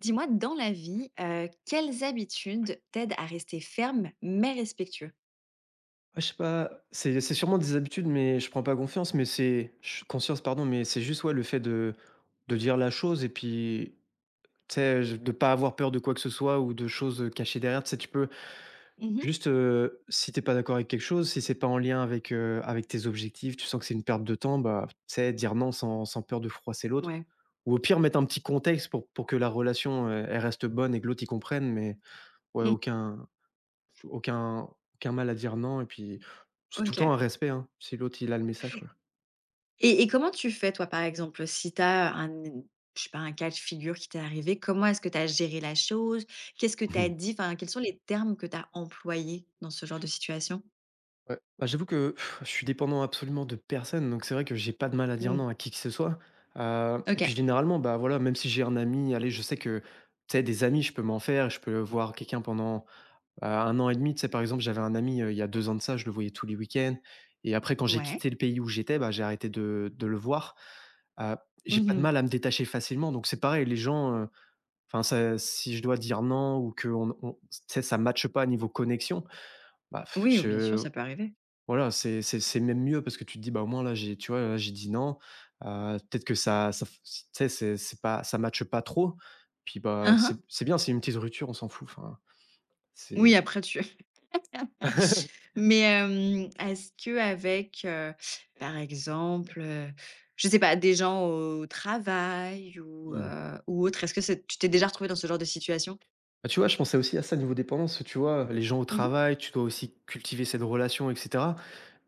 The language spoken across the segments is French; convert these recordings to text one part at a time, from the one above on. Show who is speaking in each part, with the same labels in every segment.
Speaker 1: Dis-moi, dans la vie, quelles habitudes t'aident à rester ferme, mais respectueux?
Speaker 2: Ah, je sais pas, c'est sûrement des habitudes, mais je prends pas confiance, mais c'est ch conscience, pardon, mais c'est juste, ouais, le fait de dire la chose et puis, tu sais, je de pas avoir peur de quoi que ce soit ou de choses, cachées derrière. Tu sais, tu peux
Speaker 1: Mmh.
Speaker 2: juste, si t'es pas d'accord avec quelque chose, si c'est pas en lien avec tes objectifs, tu sens que c'est une perte de temps, bah, tu sais, dire non sans peur de froisser l'autre
Speaker 1: Ouais.
Speaker 2: ou au pire, mettre un petit contexte pour que la relation, elle reste bonne et que l'autre, il comprenne, mais ouais,
Speaker 1: Mmh.
Speaker 2: aucun F aucun aucun mal à dire non et puis c'est tout le
Speaker 1: OK.
Speaker 2: temps un respect, hein, si l'autre il a le message quoi.
Speaker 1: Et comment tu fais toi, par exemple, si tu as un je sais pas, un cas de figure qui t'est arrivé, comment est-ce que tu as géré la chose? Qu'est-ce que tu as
Speaker 2: Mmh.
Speaker 1: dit? Enfin, quels sont les termes que tu as employés dans ce genre de situation?
Speaker 2: Ouais. Bah, j'avoue que je suis dépendant absolument de personne, donc c'est vrai que j'ai pas de mal à dire
Speaker 1: Mmh.
Speaker 2: non à qui que ce soit. Et puis
Speaker 1: OK.
Speaker 2: généralement, bah, voilà, même si j'ai un ami, allez, je sais que, tu sais, des amis, je peux m'en faire, je peux voir quelqu'un pendant, un an et demi. Tu sais, par exemple, j'avais un ami, il y a 2 ans de ça, je le voyais tous les week-ends et après quand j'ai
Speaker 1: Ouais.
Speaker 2: quitté le pays où j'étais, bah, j'ai arrêté de le voir. Heu, j'ai pas de
Speaker 1: Mmh.
Speaker 2: mal à me détacher facilement, donc c'est pareil, les gens. Enfin, ça si je dois dire non ou que n on tu sais, ça matche pas à niveau connexion, bah,
Speaker 1: Oui, bien sûr,
Speaker 2: je
Speaker 1: ça peut arriver.
Speaker 2: voilà, c'est même mieux parce que tu te dis: «Bah, au moins là, j'ai» tu vois? Là, j'ai dit non, peut-être que ça ça f tu sais, c'est pas ça matche pas trop, puis, bah,
Speaker 1: Hein hein.
Speaker 2: c'est bien, c'est une petite rupture, on s'en fout, enfin,
Speaker 1: Oui,
Speaker 2: c'est
Speaker 1: après tu Mais est-ce qu'avec, par exemple, je sais pas, des gens au travail
Speaker 2: mmh.
Speaker 1: ou autre, est-ce que c'est tu t'es déjà retrouvé dans ce genre de situation?
Speaker 2: Bah, tu vois, je pensais aussi à ça niveau dépendance, tu vois? Les gens au
Speaker 1: Mmh mh.
Speaker 2: travail, tu dois aussi cultiver cette relation et cetera.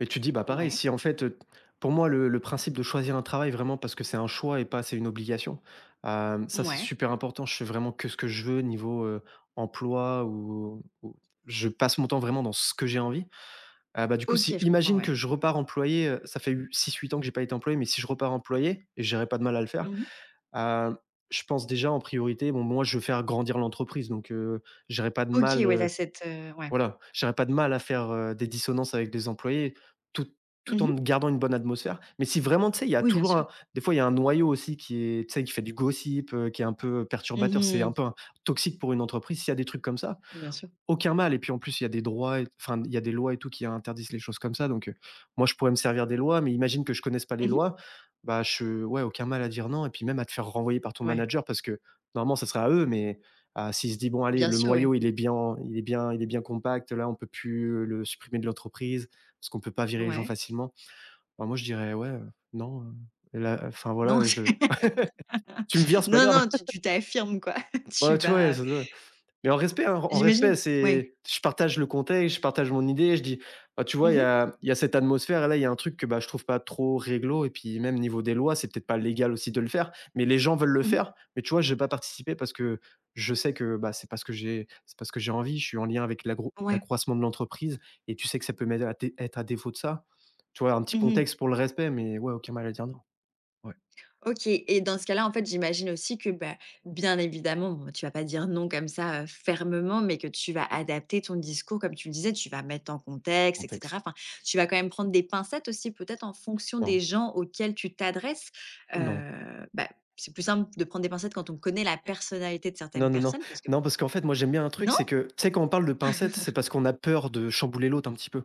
Speaker 2: Mais tu te dis, bah, pareil,
Speaker 1: Ouais.
Speaker 2: si en fait, pour moi le principe de choisir un travail vraiment parce que c'est un choix et pas c'est une obligation, ça c'est super important. Je fais vraiment que ce que je veux niveau, emploi ou je passe mon temps vraiment dans ce que j'ai envie. Ah, bah, du coup, si
Speaker 1: OK, je comprends,
Speaker 2: imagine
Speaker 1: ouais.
Speaker 2: que je repars employé, ça fait 6 8 ans que j'ai pas été employé, mais si je repars employé et j'aurais pas de mal à le faire.
Speaker 1: Mmh.
Speaker 2: Heu, je pense déjà en priorité, bon moi je veux faire grandir l'entreprise donc j'aurais pas de
Speaker 1: OK,
Speaker 2: mal,
Speaker 1: ouais, ouais.
Speaker 2: voilà, j'aurais pas de mal à faire, des dissonances avec les employés tout tout en
Speaker 1: Mmh.
Speaker 2: gardant une bonne atmosphère. Mais si vraiment tu sais, il y a
Speaker 1: Oui, bien
Speaker 2: toujours
Speaker 1: sûr.
Speaker 2: un des fois il y a un noyau aussi qui est tu sais, qui fait du gossip, qui est un peu perturbateur, c'est un
Speaker 1: Mmh.
Speaker 2: peu un toxique pour une entreprise. S'il y a des trucs comme ça,
Speaker 1: Bien sûr.
Speaker 2: aucun mal et puis en plus, il y a des droits et enfin, il y a des lois et tout qui interdisent les choses comme ça donc moi, je pourrais me servir des lois mais imagine que je connaisse pas les
Speaker 1: Mmh.
Speaker 2: lois, bah, je ouais, aucun mal à dire non et puis même à te faire renvoyer par ton
Speaker 1: Ouais.
Speaker 2: manager parce que normalement, ça serait à eux mais ah, s'il se dit: «Bon allez,
Speaker 1: Bien
Speaker 2: le
Speaker 1: sûr, oui.
Speaker 2: noyau, il est bien il est bien il est bien compact, là, on peut plus le supprimer de l'entreprise, parce qu'on peut pas virer les gens
Speaker 1: Ouais.
Speaker 2: facilement». Bah, moi, je dirais: «Ouais, non, là, enfin
Speaker 1: Non,
Speaker 2: voilà, je tu me vires, c'est pas
Speaker 1: non,
Speaker 2: grave».
Speaker 1: non, tu t'affirmes, quoi. Tu
Speaker 2: Ouais, tu vois?
Speaker 1: vas
Speaker 2: Mais en respect, hein, en
Speaker 1: j'imagine
Speaker 2: respect,
Speaker 1: ouais.
Speaker 2: c'est je partage le contexte, je partage mon idée, je dis: «Ah, tu vois,
Speaker 1: Mmh
Speaker 2: il y
Speaker 1: mh.
Speaker 2: a il y a cette atmosphère, là, il y a un truc que, bah, je trouve pas trop réglo et puis même niveau des lois, c'est peut-être pas légal aussi de le faire, mais les gens veulent le
Speaker 1: Mmh.
Speaker 2: faire. Mais tu vois, je vais pas participer parce que je sais que, bah, c'est parce que j'ai envie. Je suis en lien avec
Speaker 1: Ouais.
Speaker 2: l'accroissement de l'entreprise et tu sais que ça peut m'aider à dé être à défaut de ça». Tu vois, un petit
Speaker 1: Mmh.
Speaker 2: contexte pour le respect, mais ouais, aucun mal à dire non. Ouais,
Speaker 1: OK, et dans ce cas-là, en fait, j'imagine aussi que, bah, bien évidemment, bon, tu vas pas dire non comme ça, fermement, mais que tu vas
Speaker 2: mmh,
Speaker 1: adapter ton discours comme tu le disais, tu vas mettre en contexte et cetera.
Speaker 2: contexte.
Speaker 1: Enfin, tu vas quand même prendre des pincettes aussi peut-être en fonction des
Speaker 2: Non,
Speaker 1: gens auxquels tu t'adresses.
Speaker 2: non.
Speaker 1: Heu, bah, c'est plus simple de prendre des pincettes quand on connaît la personnalité de certaines
Speaker 2: Non, non, non.
Speaker 1: personnes parce que
Speaker 2: Non, parce qu'en fait, moi, j'aime bien un truc, c'est
Speaker 1: non?
Speaker 2: que, tu sais, quand on parle de pincettes, c'est parce qu'on a peur de chambouler l'autre un petit peu.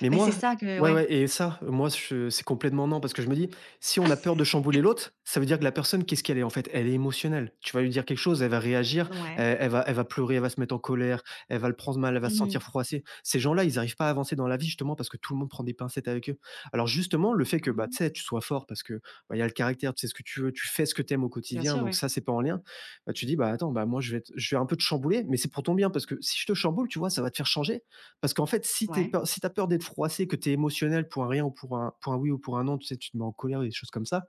Speaker 2: Mais
Speaker 1: Bah, c'est
Speaker 2: moi
Speaker 1: ça que
Speaker 2: ouais,
Speaker 1: ouais,
Speaker 2: ouais et ça, moi, je c'est complètement non parce que je me dis: «Si on a peur de chambouler l'autre, ça veut dire que la personne, qu'est-ce qu'elle est en fait? Elle est émotionnelle». Tu vas lui dire quelque chose, elle va réagir,
Speaker 1: ouais.
Speaker 2: elle va pleurer, elle va se mettre en colère, elle va le prendre mal, elle va se
Speaker 1: Mmh.
Speaker 2: sentir froissée. Ces gens-là, ils n'arrivent pas à avancer dans la vie justement parce que tout le monde prend des pincettes avec eux. Alors justement, le fait que, bah,
Speaker 1: Ah,
Speaker 2: tu sais, tu sois fort parce que, bah, il y a le caractère, tu sais ce que tu veux, tu fais ce que tu aimes au
Speaker 1: bien
Speaker 2: quotidien,
Speaker 1: sûr,
Speaker 2: donc
Speaker 1: ouais.
Speaker 2: ça, c'est pas en lien. Bah, tu dis: «Bah, attends, bah, moi, je vais un peu te chambouler, mais c'est pour ton bien parce que si je te chamboule, tu vois, ça va te faire changer parce qu'en fait,
Speaker 1: Ouais,
Speaker 2: si as peur d'être froissé, que t'es émotionnel pour un rien ou pour un oui ou pour un non, tu sais, tu te mets en colère, des choses comme ça,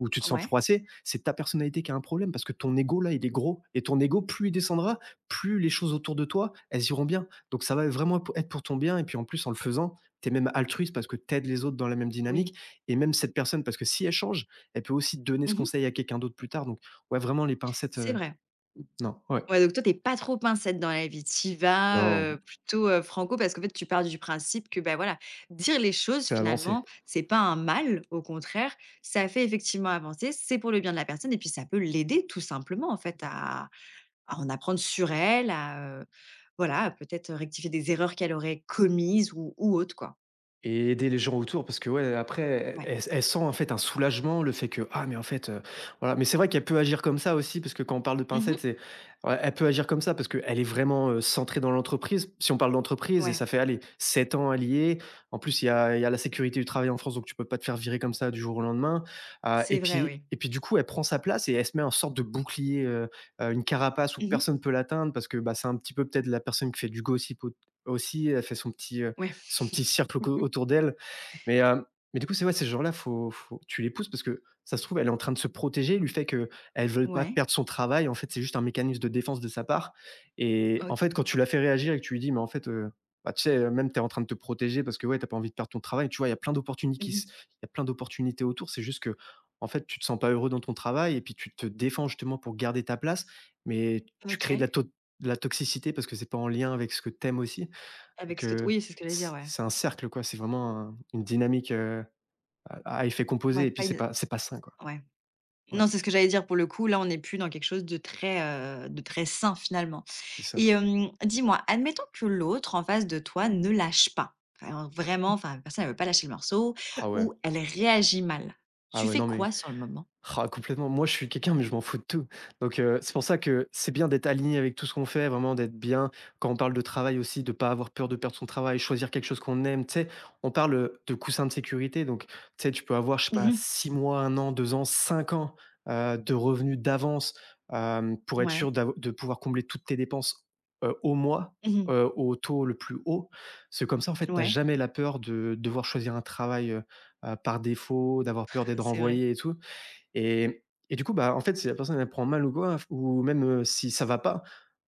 Speaker 2: ou tu te sens
Speaker 1: ouais,
Speaker 2: froissé, c'est ta personnalité qui a un problème parce que ton ego, là, il est gros. Et ton ego, plus il descendra, plus les choses autour de toi, elles iront bien. Donc ça va vraiment être pour ton bien. Et puis en plus, en le faisant, t'es même altruiste parce que t'aides les autres dans la même
Speaker 1: oui.
Speaker 2: dynamique. Et même cette personne, parce que si elle change, elle peut aussi donner ce
Speaker 1: Mmh.
Speaker 2: conseil à quelqu'un d'autre plus tard. Donc, ouais, vraiment les pincettes.
Speaker 1: C'est vrai.
Speaker 2: Non, ouais.
Speaker 1: Ouais, donc toi, t'es pas trop pincette dans la vie. T'y vas,
Speaker 2: Non,
Speaker 1: plutôt, franco parce qu'en fait, tu pars du principe que, bah, voilà, dire les choses
Speaker 2: fais avancer.
Speaker 1: finalement, c'est pas un mal, au contraire, ça fait effectivement avancer, c'est pour le bien de la personne et puis ça peut l'aider tout simplement en fait à en apprendre sur elle, à, voilà, à peut-être rectifier des erreurs qu'elle aurait commises ou autre quoi.
Speaker 2: Et aider les gens autour parce que ouais, après,
Speaker 1: Ouais.
Speaker 2: elle sent en fait un soulagement, le fait que: «Ah mais en fait» voilà, mais c'est vrai qu'elle peut agir comme ça aussi parce que quand on parle de
Speaker 1: Mmh.
Speaker 2: pincette c'est ouais, elle peut agir comme ça parce qu'elle est vraiment, centrée dans l'entreprise. Si on parle d'entreprise et
Speaker 1: Ouais,
Speaker 2: ça fait, allez, 7 ans, alliés. En plus, il y a la sécurité du travail en France, donc tu peux pas te faire virer comme ça du jour au lendemain, et
Speaker 1: c'est vrai,
Speaker 2: puis
Speaker 1: oui.
Speaker 2: et puis du coup, elle prend sa place et elle se met en sorte de bouclier, une carapace où
Speaker 1: Mmh.
Speaker 2: personne peut l'atteindre parce que, bah, c'est un petit peu peut-être la personne qui fait du gossip au aussi, elle fait son petit, euh,
Speaker 1: Ouais.
Speaker 2: son petit cercle autour d'elle. Mais, heu, mais du coup, c'est ouais, ces gens-là, faut tu les pousses parce que ça se trouve, elle est en train de se protéger, du fait qu'elle ne veut pas
Speaker 1: Ouais.
Speaker 2: perdre son travail. En fait, c'est juste un mécanisme de défense de sa part et
Speaker 1: O
Speaker 2: en fait, quand tu la fais réagir et que tu lui dis: «Mais en fait, bah, tu sais, même tu es en train de te protéger parce que, ouais, tu as pas envie de perdre ton travail». Tu vois,
Speaker 1: mmh.
Speaker 2: il y a plein d'opportunités autour. C'est juste que en fait, tu te sens pas heureux dans ton travail et puis tu te défends justement pour garder ta place, mais tu crées
Speaker 1: OK.
Speaker 2: de la toxicité parce que c'est pas en lien avec ce que t'aimes aussi.
Speaker 1: Avec
Speaker 2: Donc,
Speaker 1: ce que t oui, c'est ce que j'allais dire, ouais.
Speaker 2: c'est un cercle quoi, c'est vraiment un une dynamique, à effet composé
Speaker 1: Ouais,
Speaker 2: et puis
Speaker 1: pas
Speaker 2: c'est
Speaker 1: une
Speaker 2: pas c'est pas sain quoi.
Speaker 1: ouais. Non,
Speaker 2: Ouais,
Speaker 1: c'est ce que j'allais dire pour le coup, là, on n'est plus dans quelque chose de très sain finalement
Speaker 2: c'est
Speaker 1: et
Speaker 2: ça.
Speaker 1: dis-moi, admettons que l'autre en face de toi ne lâche pas, alors vraiment, enfin la personne ne veut pas lâcher le morceau
Speaker 2: Ah ouais.
Speaker 1: ou elle réagit mal.
Speaker 2: Ah
Speaker 1: Tu
Speaker 2: ouais,
Speaker 1: fais
Speaker 2: non mais
Speaker 1: quoi sur le moment?
Speaker 2: Ah complètement, moi je suis quelqu'un mais je m'en fous de tout. Donc c'est pour ça que c'est bien d'être aligné avec tout ce qu'on fait, vraiment d'être bien. Quand on parle de travail aussi, de pas avoir peur de perdre son travail, choisir quelque chose qu'on aime, tu sais? On parle, de coussin de sécurité donc tu sais, tu peux avoir, je sais pas,
Speaker 1: Mmh.
Speaker 2: 6 mois, 1 an, 2 ans, 5 ans, de revenus d'avance, pour être sûr
Speaker 1: Ouais.
Speaker 2: d'av de pouvoir combler toutes tes dépenses, au mois,
Speaker 1: Mmh.
Speaker 2: au taux le plus haut. C'est comme ça en fait, t'as
Speaker 1: Ouais.
Speaker 2: jamais la peur de devoir choisir un travail, par défaut, d'avoir peur d'être
Speaker 1: C'est vrai.
Speaker 2: renvoyé et tout. Et et du coup, bah, en fait, si la personne elle prend mal ou quoi, ou même, si ça va pas,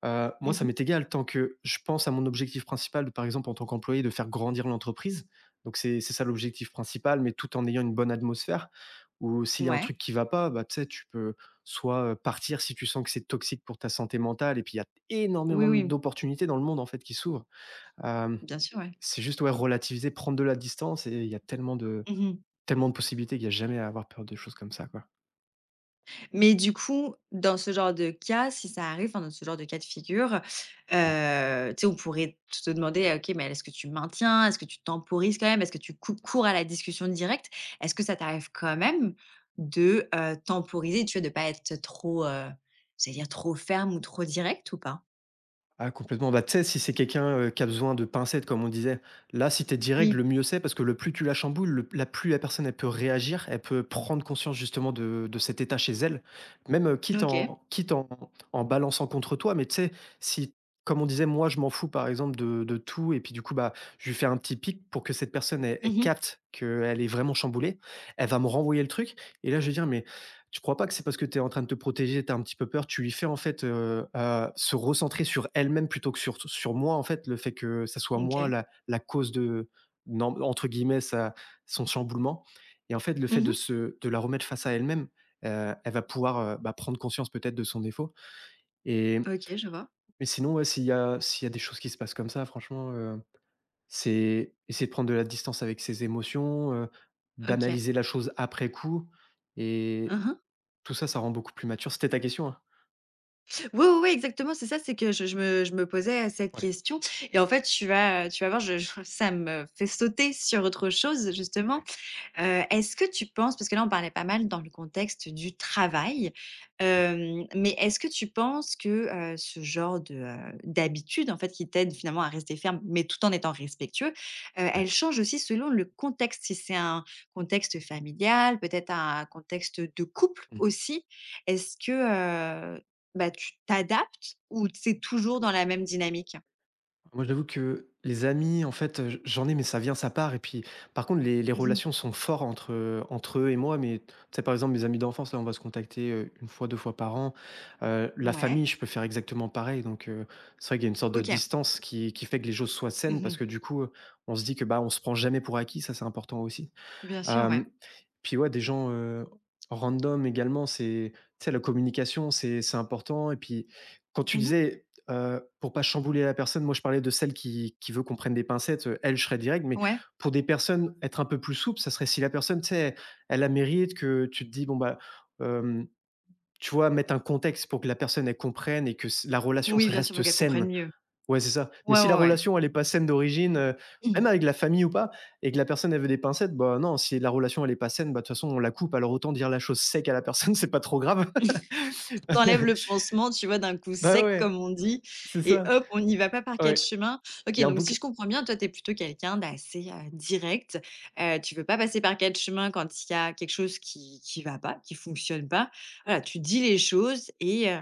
Speaker 2: moi ça
Speaker 1: Mmh.
Speaker 2: m'est égal tant que je pense à mon objectif principal, par exemple en tant qu'employé de faire grandir l'entreprise. Donc c'est ça l'objectif principal, mais tout en ayant une bonne atmosphère ou s'il y a un
Speaker 1: Ouais.
Speaker 2: truc qui va pas, bah, tu sais, tu peux soit, partir si tu sens que c'est toxique pour ta santé mentale et puis il y a énormément
Speaker 1: Oui, oui,
Speaker 2: d'opportunités dans le monde en fait qui s'ouvrent. Hem,
Speaker 1: bien sûr, ouais.
Speaker 2: c'est juste, ouais, relativiser, prendre de la distance et il y a tellement de
Speaker 1: Mmh.
Speaker 2: tellement de possibilités qu'il n'y a jamais à avoir peur de choses comme ça, quoi.
Speaker 1: Mais du coup, dans ce genre de cas, si ça arrive, enfin, dans ce genre de cas de figure, tu sais, on pourrait te demander: «Ah, «OK, mais est-ce que tu maintiens? Est-ce que tu temporises quand même? Est-ce que tu coupes court à la discussion directe?» Est-ce que ça t'arrive quand même de, temporiser, tu vois, de pas être trop, c'est à dire trop ferme ou trop direct ou pas?
Speaker 2: Ah complètement, bah, tu sais, si c'est quelqu'un, qui a besoin de pincettes comme on disait, là, si t'es direct,
Speaker 1: Oui.
Speaker 2: le mieux c'est parce que le plus tu la chamboules, le la plus la personne, elle peut réagir, elle peut prendre conscience justement de cet état chez elle, même, quitte
Speaker 1: OK.
Speaker 2: en quitte en en balançant contre toi. Mais tu sais, si comme on disait, moi je m'en fous par exemple de tout et puis du coup, bah, je lui fais un petit pic pour que cette personne elle
Speaker 1: Mmh.
Speaker 2: capte qu'elle est vraiment chamboulée, elle va me renvoyer le truc et là je vais dire: «Mais tu crois pas que c'est parce que tu es en train de te protéger, tu as un petit peu peur, tu lui fais en fait, se recentrer sur elle-même plutôt que sur moi en fait, le fait que ça soit moi
Speaker 1: OK.
Speaker 2: la cause de non entre guillemets sa son chamboulement et en fait le fait de
Speaker 1: Mmh.
Speaker 2: se de la remettre face à elle-même, elle va pouvoir, bah, prendre conscience peut-être de son défaut et
Speaker 1: OK, je vois.
Speaker 2: mais sinon ouais, s'il y a des choses qui se passent comme ça franchement, c'est essayer de prendre de la distance avec ses émotions,
Speaker 1: OK.
Speaker 2: d'analyser la chose après coup et
Speaker 1: Mmh.
Speaker 2: tout ça, ça rend beaucoup plus mature. C'était ta question, hein?
Speaker 1: Oui, oui, oui, exactement, c'est ça, c'est que je me posais, cette
Speaker 2: Ouais,
Speaker 1: question et en fait, tu vas voir, je ça me fait sauter sur autre chose, justement.
Speaker 2: ouais,
Speaker 1: Est-ce que tu penses parce que là, on parlait pas mal dans le contexte du travail, mais est-ce que tu penses que, ce genre de, d'habitude, en fait, qui t'aide finalement à rester ferme, mais tout en étant respectueux,
Speaker 2: ouais.
Speaker 1: elle change aussi selon le contexte? Si c'est un contexte familial, peut-être un contexte de couple
Speaker 2: Mmh.
Speaker 1: aussi? Est-ce que, heu, bah, tu t'adaptes ou c'est toujours dans la même dynamique?
Speaker 2: Moi, j'avoue que les amis, en fait, j'en ai, mais ça vient, ça part et puis, par contre, les
Speaker 1: Mmh.
Speaker 2: relations sont fortes entre eux et moi, mais tu sais, par exemple, mes amis d'enfance, là, on va se contacter, 1 fois, 2 fois par an. La
Speaker 1: Ouais,
Speaker 2: famille, je peux faire exactement pareil, donc c'est vrai qu'il y a une sorte de
Speaker 1: OK.
Speaker 2: distance qui fait que les choses soient saines parce
Speaker 1: Mmh.
Speaker 2: que, du coup, on se dit que, bah, on se prend jamais pour acquis, ça, c'est important aussi.
Speaker 1: Bien sûr, ouais.
Speaker 2: Hem, Puis ouais, des gens, random également, c'est tu sais, la communication, c'est important et puis quand tu
Speaker 1: Mmh.
Speaker 2: disais, pour pas chambouler la personne, moi je parlais de celle qui veut qu'on prenne des pincettes, elle, je serais direct, mais
Speaker 1: Ouais.
Speaker 2: pour des personnes, être un peu plus souple, ça serait si la personne, tu sais, elle a mérite que tu te dis: «Bon, bah», hem, tu vois, mettre un contexte pour que la personne, elle comprenne et que s la relation s
Speaker 1: Oui, bien sûr, faut
Speaker 2: reste
Speaker 1: qu'elle comprenne
Speaker 2: saine.
Speaker 1: mieux.
Speaker 2: Ouais, c'est ça. Mais
Speaker 1: Ouais,
Speaker 2: si la
Speaker 1: ouais, ouais.
Speaker 2: relation, elle est pas saine d'origine, même avec la famille ou pas, et que la personne, elle veut des pincettes, bah, non, si la relation, elle est pas saine, bah, de toute façon, on la coupe. Alors autant dire la chose sec à la personne, c'est pas trop grave.
Speaker 1: Tu enlèves le pansement, tu vois, d'un coup
Speaker 2: Bah,
Speaker 1: sec,
Speaker 2: ouais,
Speaker 1: comme on dit,
Speaker 2: c'est
Speaker 1: et
Speaker 2: ça.
Speaker 1: hop, on n'y va pas par quatre
Speaker 2: Ouais,
Speaker 1: chemins.
Speaker 2: il y
Speaker 1: OK,
Speaker 2: a un
Speaker 1: donc si
Speaker 2: bouquin
Speaker 1: je comprends bien, toi, tu es plutôt quelqu'un d'assez, direct. Tu veux pas passer par quatre chemins quand il y a quelque chose qui va pas, qui fonctionne pas. Voilà, tu dis les choses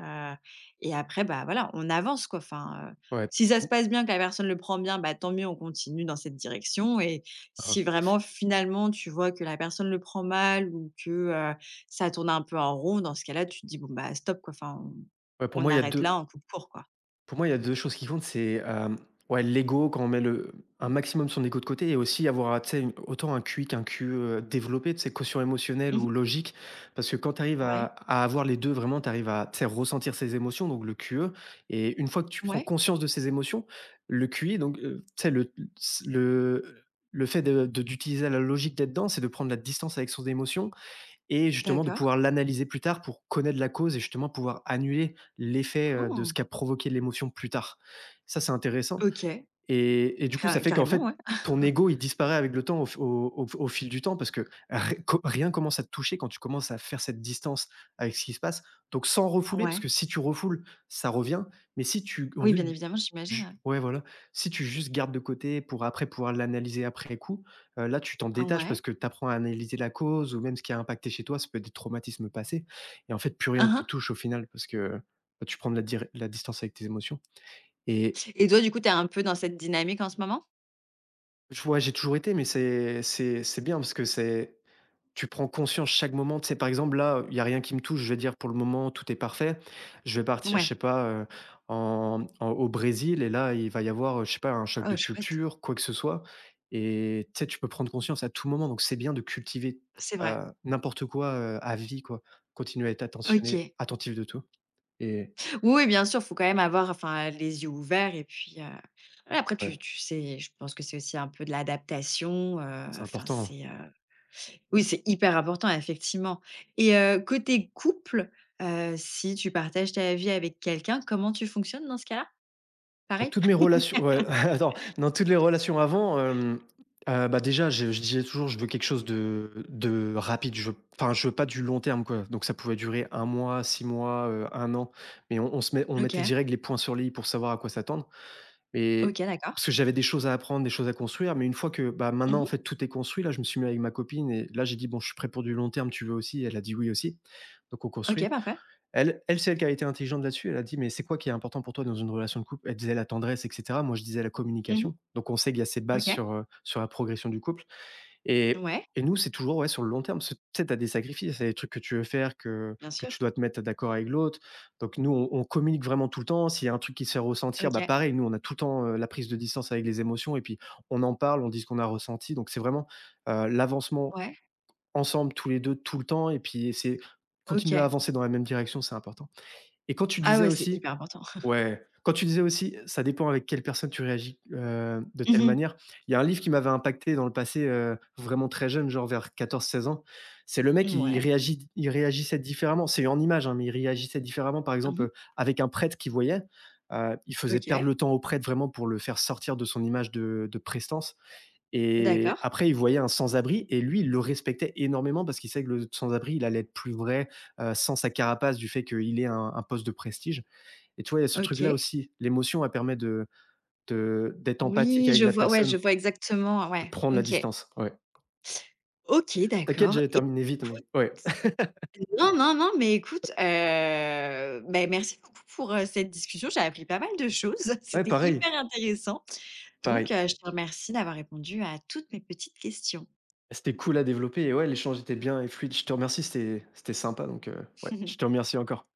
Speaker 1: et après, bah, voilà, on avance, quoi. Enfin,
Speaker 2: ouais.
Speaker 1: si ça se
Speaker 2: Mmh.
Speaker 1: passe bien, que la personne le prend bien, bah, tant mieux, on continue dans cette direction et
Speaker 2: Hein.
Speaker 1: si vraiment, finalement, tu vois que la personne le prend mal ou que ça tourne un peu en rond, dans ce cas-là, tu te dis: «Bon, bah, stop, quoi, enfin,
Speaker 2: Ouais, pour
Speaker 1: on
Speaker 2: moi, il y a
Speaker 1: arrête là,
Speaker 2: 2.
Speaker 1: on coupe court, quoi».
Speaker 2: Pour moi, il y a 2 choses qui comptent, c'est, ouais, l'ego, quand on met le un maximum son ego de côté et aussi avoir, tu sais, une autant un QI qu'un QE, développé, tu sais, quotient émotionnel
Speaker 1: Mmh.
Speaker 2: ou logique. Parce que quand tu arrives à
Speaker 1: Ouais,
Speaker 2: à avoir les 2 vraiment, tu arrives à, tu sais, ressentir ses émotions, donc le QE et une fois que tu prends
Speaker 1: ouais,
Speaker 2: conscience de ses émotions, le QI donc, tu sais, le le le fait de d'utiliser la logique là-dedans, c'est de prendre la distance avec son émotion et justement de
Speaker 1: d'accord.
Speaker 2: pouvoir l'analyser plus tard pour connaître la cause et justement pouvoir annuler l'effet de ce
Speaker 1: Oh!
Speaker 2: qu'a provoqué l'émotion plus tard. Ça, c'est intéressant.
Speaker 1: OK,
Speaker 2: Et du coup, ça
Speaker 1: ca
Speaker 2: fait qu'en
Speaker 1: carrément,
Speaker 2: fait,
Speaker 1: ouais.
Speaker 2: ton ego, il disparaît avec le temps au fil du temps parce que ré co rien commence à te toucher quand tu commences à faire cette distance avec ce qui se passe. Donc sans refouler, parce
Speaker 1: Ouais.
Speaker 2: que si tu refoules, ça revient, mais si tu
Speaker 1: Oui, bien
Speaker 2: ru
Speaker 1: évidemment, j'imagine,
Speaker 2: ju
Speaker 1: ouais.
Speaker 2: ouais, voilà. Si tu juste gardes de côté pour après pouvoir l'analyser après coup, là, tu t'en
Speaker 1: Ah
Speaker 2: détaches parce
Speaker 1: ouais.
Speaker 2: que tu apprends à analyser la cause ou même ce qui a impacté chez toi. Ça peut être des traumatismes passés et en fait, plus rien ne
Speaker 1: Hein,
Speaker 2: te
Speaker 1: hein.
Speaker 2: touche au final parce que, bah, tu prends de la distance avec tes émotions et
Speaker 1: Et toi, du coup, tu es un peu dans cette dynamique en ce moment?
Speaker 2: je vois, j'ai toujours été, mais c'est c'est bien parce que c'est tu prends conscience chaque moment. Tu sais, par exemple, là, il y a rien qui me touche. Je vais dire pour le moment, tout est parfait. Je vais partir, je
Speaker 1: Ouais.
Speaker 2: sais pas, en en au Brésil et là, il va y avoir, je sais pas, un choc de
Speaker 1: Oh, chouette.
Speaker 2: culture, quoi que ce soit et tu sais, tu peux prendre conscience à tout moment. Donc c'est bien de cultiver,
Speaker 1: C'est vrai.
Speaker 2: n'importe quoi, à vie, quoi. Continuer à être attentionné
Speaker 1: OK.
Speaker 2: attentif de tout et
Speaker 1: Oui, oui, bien sûr, faut quand même avoir, enfin, les yeux ouverts et puis, ouais, après tu
Speaker 2: ouais,
Speaker 1: tu sais, je pense que c'est aussi un peu de l'adaptation,
Speaker 2: c'est
Speaker 1: enfin,
Speaker 2: important.
Speaker 1: oui, c'est hyper important, effectivement. Et côté couple, si tu partages ta vie avec quelqu'un, comment tu fonctionnes dans ce cas-là?
Speaker 2: Bah,
Speaker 1: Pareil?
Speaker 2: toutes mes relations, ouais, attends, dans toutes les relations avant, bah, déjà, je disais toujours: «Je veux quelque chose de rapide». Je veux enfin, je veux pas du long terme, quoi. Donc ça pouvait durer 1 mois, 6 mois, 1 an, mais on mettait
Speaker 1: OK.
Speaker 2: direct les points sur les i pour savoir à quoi s'attendre.
Speaker 1: OK,
Speaker 2: Mais
Speaker 1: d'accord.
Speaker 2: parce que j'avais des choses à apprendre, des choses à construire, mais une fois que, bah, maintenant, en
Speaker 1: Mmh.
Speaker 2: fait, tout est construit, là, je me suis mis avec ma copine et là, j'ai dit: «Bon, je suis prêt pour du long terme, tu veux aussi?» Elle a dit: «Oui» aussi. Donc on
Speaker 1: OK,
Speaker 2: construit.
Speaker 1: parfait.
Speaker 2: Elle elle, c'est elle qui a été intelligente là-dessus. Elle a dit: «Mais c'est quoi qui est important pour toi dans une relation de couple?» Elle disait: «La tendresse» et cetera. Moi, je disais: «La
Speaker 1: Mmh.
Speaker 2: communication». Donc on sait qu'il y a ces bases
Speaker 1: OK.
Speaker 2: sur, sur la progression du couple et
Speaker 1: Ouais,
Speaker 2: et nous, c'est toujours, ouais, sur le long terme. Parce tu sais, tu as des sacrifices, il y des trucs que tu veux faire, que
Speaker 1: bien
Speaker 2: que
Speaker 1: sûr.
Speaker 2: tu dois te mettre d'accord avec l'autre. Donc nous, on communique vraiment tout le temps. S'il y a un truc qui se fait ressentir, bah,
Speaker 1: OK.
Speaker 2: pareil, nous, on a tout le temps, la prise de distance avec les émotions et puis on en parle, on dit ce qu'on a ressenti. Donc c'est vraiment, l'avancement
Speaker 1: Ouais.
Speaker 2: ensemble, tous les 2 tout le temps et puis c'est continuer à
Speaker 1: OK.
Speaker 2: avancer dans la même direction, c'est important. Et quand tu
Speaker 1: Ah
Speaker 2: disais
Speaker 1: ouais, c'est
Speaker 2: aussi
Speaker 1: hyper important.
Speaker 2: ouais, quand tu disais aussi, ça dépend avec quelle personne tu réagis, de telle
Speaker 1: Mmh
Speaker 2: manière. Il y a un livre qui m'avait impacté dans le passé, vraiment très jeune, genre vers 14-16 ans. C'est le
Speaker 1: mh.
Speaker 2: mec, il
Speaker 1: Mouais.
Speaker 2: réagit il réagissait différemment. C'est en images, hein, mais il réagissait différemment, par exemple,
Speaker 1: Mmh.
Speaker 2: avec un prêtre qu'il voyait, il faisait perdre
Speaker 1: OK.
Speaker 2: le temps au prêtre vraiment pour le faire sortir de son image de prestance et
Speaker 1: D'accord.
Speaker 2: après, il voyait un sans-abri et lui, il le respectait énormément parce qu'il savait que le sans-abri, il allait être plus vrai, sans sa carapace du fait qu'il ait un poste de prestige. Et tu vois, il y a ce truc-là
Speaker 1: OK.
Speaker 2: aussi. L'émotion, elle permet de d'être empathique
Speaker 1: Oui,
Speaker 2: avec
Speaker 1: je
Speaker 2: la
Speaker 1: vois, ouais, je
Speaker 2: personne,
Speaker 1: vois exactement,
Speaker 2: de
Speaker 1: ouais.
Speaker 2: prendre la
Speaker 1: OK.
Speaker 2: distance, ouais.
Speaker 1: OK,
Speaker 2: T'inquiète,
Speaker 1: d'accord
Speaker 2: j'allais
Speaker 1: et
Speaker 2: terminé vite, mais ouais.
Speaker 1: non, non, non, mais écoute, beh, merci beaucoup pour, cette discussion. J'ai appris pas mal de choses.
Speaker 2: Ouais,
Speaker 1: C'était
Speaker 2: pareil,
Speaker 1: hyper intéressant. Donc,
Speaker 2: pareil.
Speaker 1: je te remercie d'avoir répondu à toutes mes petites questions.
Speaker 2: C'était cool à développer et ouais, l'échange était bien et fluide. Je te remercie, c'était sympa donc, ouais, je te remercie encore.